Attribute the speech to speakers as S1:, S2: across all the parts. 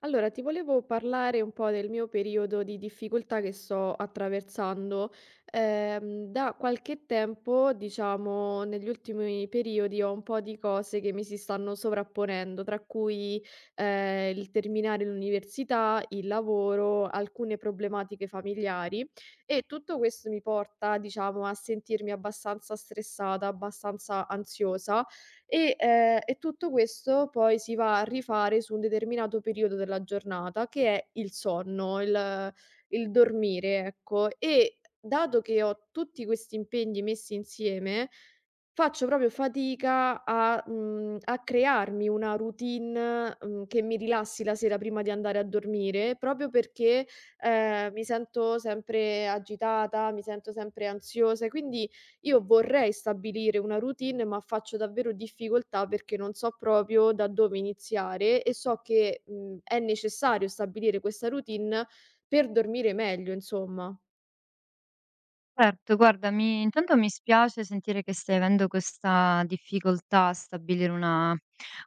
S1: Allora, ti volevo parlare un po' del mio periodo di difficoltà che sto attraversando. Da qualche tempo, diciamo, negli ultimi periodi ho un po' di cose che mi si stanno sovrapponendo, tra cui il terminare l'università, il lavoro, alcune problematiche familiari, e tutto questo mi porta, diciamo, a sentirmi abbastanza stressata, abbastanza ansiosa, e tutto questo poi si va a rifare su un determinato periodo della giornata che è il sonno, il dormire, ecco. E dato che ho tutti questi impegni messi insieme, faccio proprio fatica a crearmi una routine, che mi rilassi la sera prima di andare a dormire, proprio perché, mi sento sempre agitata, mi sento sempre ansiosa, e quindi io vorrei stabilire una routine, ma faccio davvero difficoltà perché non so proprio da dove iniziare, e so che, è necessario stabilire questa routine per dormire meglio, insomma.
S2: Certo, guarda, mi intanto mi spiace sentire che stai avendo questa difficoltà a stabilire una,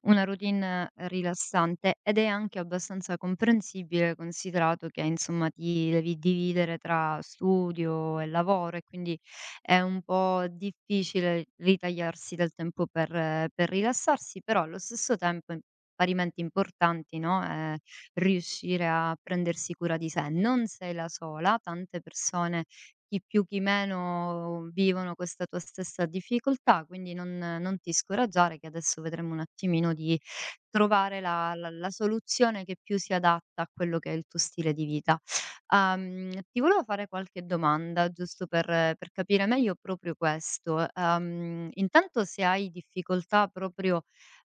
S2: una routine rilassante, ed è anche abbastanza comprensibile considerato che, insomma, ti devi dividere tra studio e lavoro, e quindi è un po' difficile ritagliarsi del tempo per rilassarsi. Però allo stesso tempo è parimenti importanti, no? È riuscire a prendersi cura di sé. Non sei la sola, tante persone chi più chi meno vivono questa tua stessa difficoltà, quindi non ti scoraggiare che adesso vedremo un attimino di trovare la soluzione che più si adatta a quello che è il tuo stile di vita. Ti volevo fare qualche domanda giusto per capire meglio proprio questo. Intanto, se hai difficoltà proprio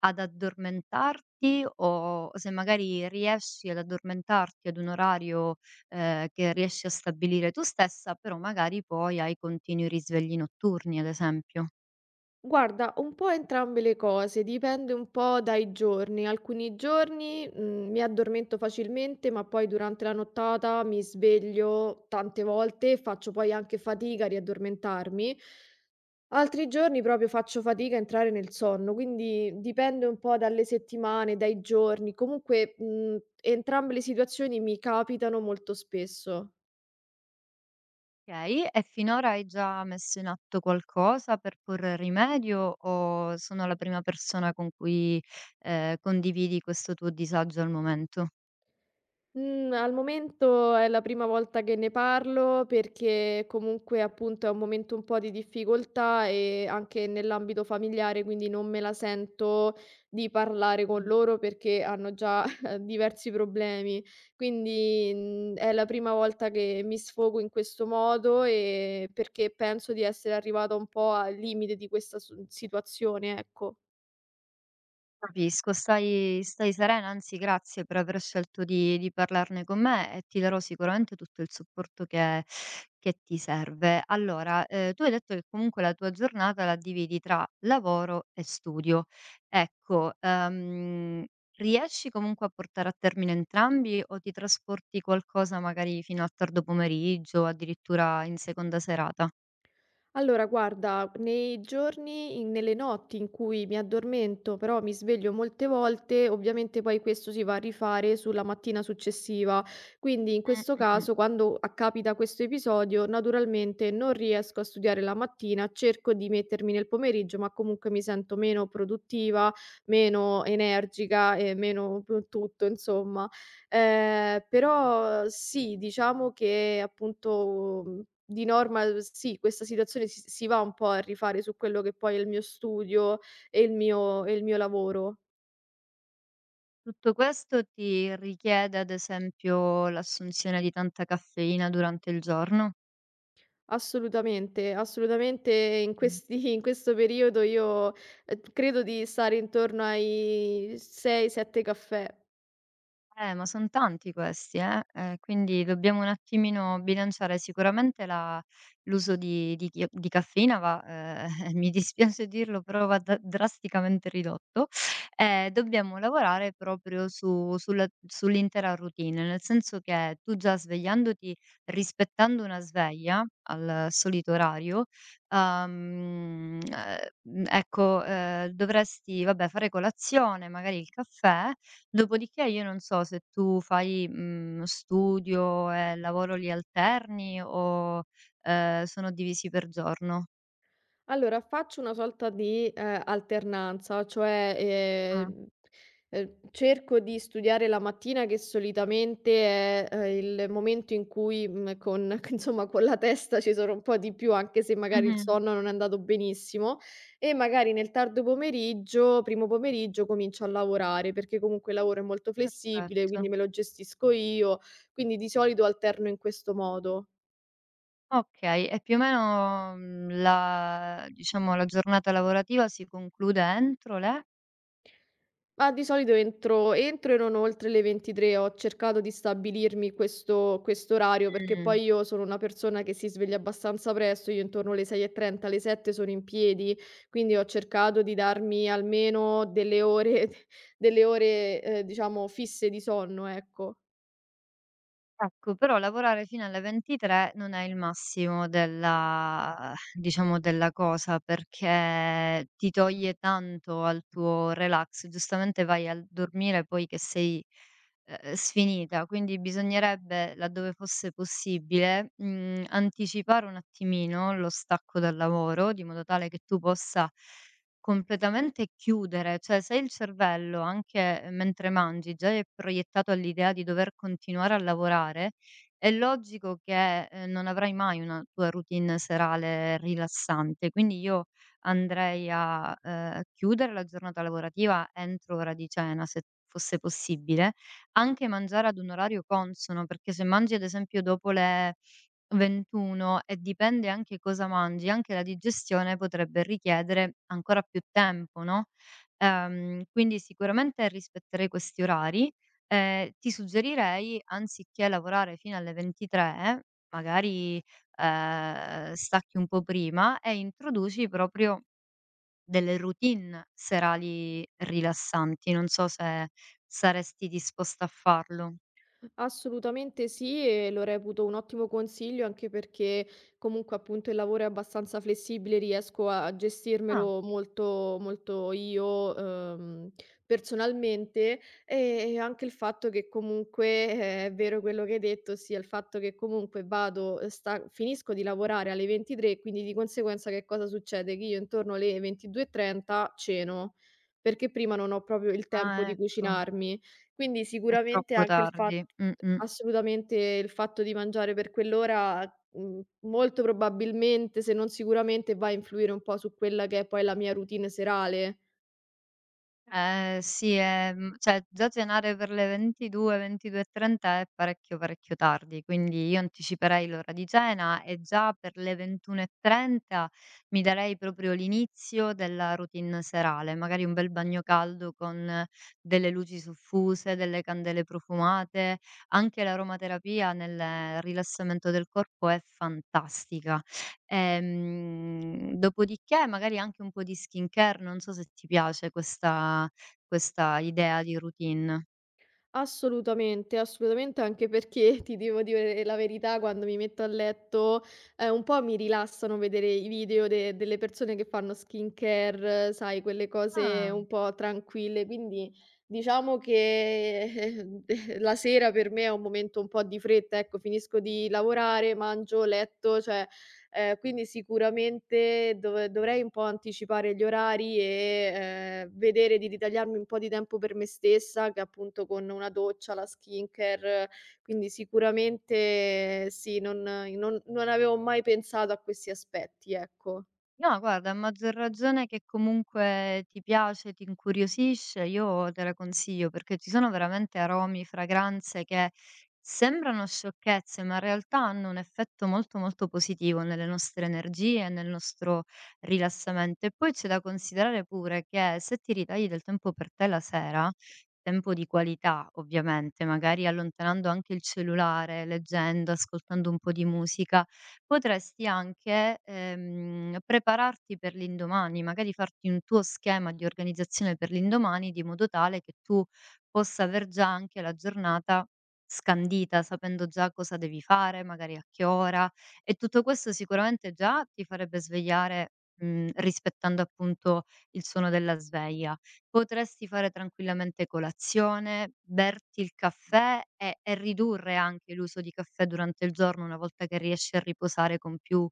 S2: ad addormentarti, o se magari riesci ad addormentarti ad un orario, che riesci a stabilire tu stessa, però magari poi hai continui risvegli notturni, ad esempio.
S1: Guarda, un po' entrambe le cose, dipende un po' dai giorni. Alcuni giorni, mi addormento facilmente, ma poi durante la nottata mi sveglio tante volte e faccio poi anche fatica a riaddormentarmi. Altri giorni proprio faccio fatica a entrare nel sonno, quindi dipende un po' dalle settimane, dai giorni. Comunque, entrambe le situazioni mi capitano molto spesso.
S2: Okay, e finora hai già messo in atto qualcosa per porre rimedio, o sono la prima persona con cui, condividi questo tuo disagio al momento?
S1: Mhmm, Al momento è la prima volta che ne parlo perché comunque, appunto, è un momento un po' di difficoltà, anche nell'ambito familiare, quindi non me la sento di parlare con loro perché hanno già diversi problemi. Quindi, è la prima volta che mi sfogo in questo modo, perché penso di essere arrivata un po' al limite di questa su situazione, ecco.
S2: Capisco, stai serena, anzi grazie per aver scelto di parlarne con me, e ti darò sicuramente tutto il supporto che ti serve. Allora, tu hai detto che comunque la tua giornata la dividi tra lavoro e studio. Ecco, riesci comunque a portare a termine entrambi, o ti trasporti qualcosa magari fino al tardo pomeriggio, addirittura in seconda serata?
S1: Allora guarda, nei giorni in nelle notti in cui mi addormento, però mi sveglio molte volte, ovviamente poi questo si va a rifare sulla mattina successiva. Quindi in
S2: Mh,
S1: questo
S2: mh, mh.
S1: caso, quando accapita questo episodio, naturalmente non riesco a studiare la mattina, cerco di mettermi nel pomeriggio, ma comunque mi sento meno produttiva, meno energica e meno p tutto insomma. Però sì, diciamo che appunto, di norma, sì, questa situazione si va un po' a rifare su quello che poi è il mio studio e il mio lavoro.
S2: Tutto questo ti richiede, ad esempio, l'assunzione di tanta caffeina durante il giorno?
S1: Assolutamente, assolutamente, in questi in questo periodo io, credo di stare intorno ai 6, 7 caffè.
S2: Ma son tanti questi, quindi dobbiamo un attimino bilanciare sicuramente la l'uso di caffeina va mi dispiace dirlo, però va da drasticamente ridotto. Dobbiamo lavorare proprio su sulla sull'intera routine, nel senso che tu, già svegliandoti, rispettando una sveglia al solito orario, uhm, ehm, eh, ecco, dovresti, vabbè, fare colazione, magari il caffè. Dopodiché, io non so se tu fai, studio e lavoro li alterni, o sono divisi per giorno?
S1: Allora, faccio una sorta di, alternanza, cioè,
S2: Ah,
S1: cerco di studiare la mattina che solitamente è, il momento in cui, con c insomma con la testa ci sono un po' di più, anche se magari il
S2: mh-mh,
S1: sonno non è andato benissimo, e magari nel tardo pomeriggio primo pomeriggio comincio a lavorare, perché comunque il lavoro è molto flessibile, quindi
S2: perfetto.
S1: me lo gestisco io, quindi di solito alterno in questo modo.
S2: Okay, e più o meno, la, diciamo, la giornata lavorativa si conclude entro le?
S1: Ma di solito entro e non oltre le 23. Ho cercato di stabilirmi questo orario, perché
S2: Mh.
S1: poi io sono una persona che si sveglia abbastanza presto, io intorno alle 6:30, alle 7 sono in piedi, quindi ho cercato di darmi almeno delle ore delle ore, diciamo fisse di sonno, ecco.
S2: Ecco, però lavorare fino alle 23 non è il massimo della, diciamo, della cosa, perché ti toglie tanto al tuo relax. Giustamente vai al dormire poi che sei, sfinita, quindi bisognerebbe, laddove fosse possibile, anticipare un attimino lo stacco dal lavoro, di modo tale che tu possa completamente chiudere. Cioè, se il cervello, anche mentre mangi, già è proiettato all'idea di dover continuare a lavorare, è logico che, non avrai mai una tua routine serale rilassante. Quindi io andrei a, chiudere la giornata lavorativa entro ora di cena, se fosse possibile, anche mangiare ad un orario consono, perché se mangi, ad esempio, dopo le 21, e dipende anche cosa mangi, anche la digestione potrebbe richiedere ancora più tempo, no, quindi sicuramente rispetterei questi orari. Ti suggerirei, anziché lavorare fino alle 23, magari, stacchi un po' prima e introduci proprio delle routine serali rilassanti. Non so se saresti disposta a farlo.
S1: Assolutamente sì, e lo reputo un ottimo consiglio anche perché comunque appunto il lavoro è abbastanza flessibile, riesco a
S2: Ah,
S1: gestirmelo molto, molto io, personalmente, e anche il fatto che comunque è vero quello che hai detto, sia il fatto che comunque finisco di lavorare alle 23, quindi di conseguenza che cosa succede? Che io intorno alle 22:30 ceno. Perché prima non ho proprio il tempo
S2: ah
S1: di
S2: ecco,
S1: cucinarmi. Quindi
S2: è
S1: sicuramente
S2: troppo
S1: anche il fatto.
S2: tardi. Mh-mh.
S1: Assolutamente, il fatto di mangiare per quell'ora, molto probabilmente, se non sicuramente, va a influire un po' su quella che è poi la mia routine serale.
S2: Eh sì, cioè, già cenare per le 22, 22:30 è parecchio, parecchio tardi, quindi io anticiperei l'ora di cena, e già per le 21:30 mi darei proprio l'inizio della routine serale, magari un bel bagno caldo con delle luci soffuse, delle candele profumate. Anche l'aromaterapia nel rilassamento del corpo è fantastica. Dopodiché, magari anche un po' di skincare, non so se ti piace questa idea di routine.
S1: Assolutamente, assolutamente, anche perché ti devo dire la verità, quando mi metto a letto, un po' mi rilassano vedere i video delle persone che fanno skincare, sai, quelle cose
S2: Ah.
S1: un po' tranquille, quindi diciamo che la sera per me è un momento un po' di fretta, ecco, finisco di lavorare, mangio, letto, cioè. Quindi sicuramente dovrei un po' anticipare gli orari e, vedere di ritagliarmi un po' di tempo per me stessa, che appunto con una doccia, la skincare, quindi sicuramente, sì, non avevo mai pensato a questi aspetti, ecco.
S2: No, guarda, a maggior ragione che comunque ti piace, ti incuriosisce, io te la consiglio, perché ci sono veramente aromi, fragranze che sembrano sciocchezze, ma in realtà hanno un effetto molto molto positivo nelle nostre energie e nel nostro rilassamento. E poi c'è da considerare pure che, se ti ritagli del tempo per te la sera, tempo di qualità, ovviamente, magari allontanando anche il cellulare, leggendo, ascoltando un po' di musica, potresti anche, prepararti per l'indomani, magari farti un tuo schema di organizzazione per l'indomani, di modo tale che tu possa aver già anche la giornata scandita, sapendo già cosa devi fare, magari a che ora, e tutto questo sicuramente già ti farebbe svegliare, rispettando appunto il suono della sveglia. Potresti fare tranquillamente colazione, berti il caffè, e ridurre anche l'uso di caffè durante il giorno, una volta che riesci a riposare con più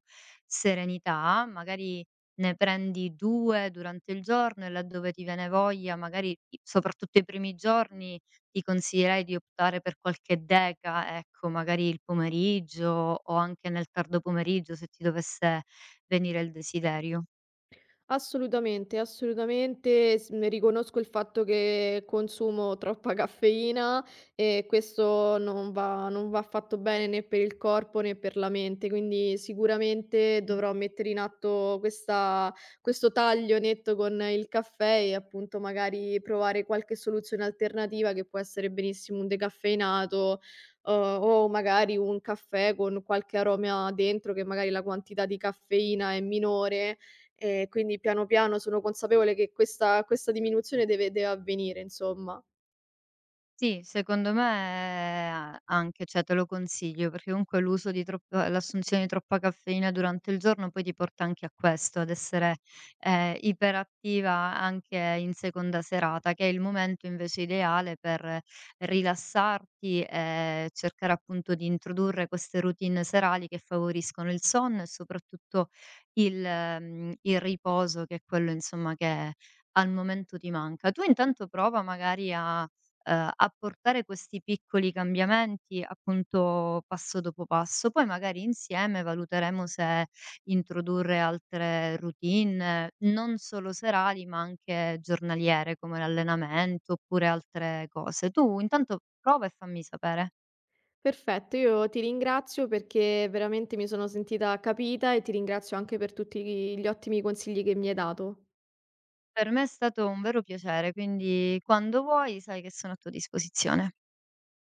S2: serenità. Magari ne prendi 2 durante il giorno e, laddove ti viene voglia, magari i soprattutto i primi giorni, ti consiglierei di optare per qualche deca, ecco, magari il pomeriggio o anche nel tardo pomeriggio, se ti dovesse venire il desiderio.
S1: Assolutamente, assolutamente. Riconosco il fatto che consumo troppa caffeina e questo non va, non va affatto bene, né per il corpo né per la mente, quindi sicuramente dovrò mettere in atto questa questo taglio netto con il caffè, e appunto magari provare qualche soluzione alternativa che può essere benissimo un decaffeinato, uhm, o magari un caffè con qualche aroma dentro che magari la quantità di caffeina è minore. Quindi piano piano sono consapevole che questa diminuzione deve avvenire, insomma.
S2: Sì, secondo me anche, cioè, te lo consiglio, perché comunque l'assunzione di troppa caffeina durante il giorno poi ti porta anche a questo, ad essere, iperattiva anche in seconda serata, che è il momento invece ideale per rilassarti e cercare appunto di introdurre queste routine serali che favoriscono il sonno e soprattutto il riposo, che è quello, insomma, che al momento ti manca. Tu intanto prova magari a apportare questi piccoli cambiamenti, appunto, passo dopo passo. Poi magari insieme valuteremo se introdurre altre routine, non solo serali, ma anche giornaliere, come l'allenamento oppure altre cose. Tu intanto prova e fammi sapere.
S1: Perfetto, io ti ringrazio perché veramente mi sono sentita capita e ti ringrazio anche per tutti gli ottimi consigli che mi hai dato.
S2: Per me è stato un vero piacere, quindi quando vuoi sai che sono a tua disposizione.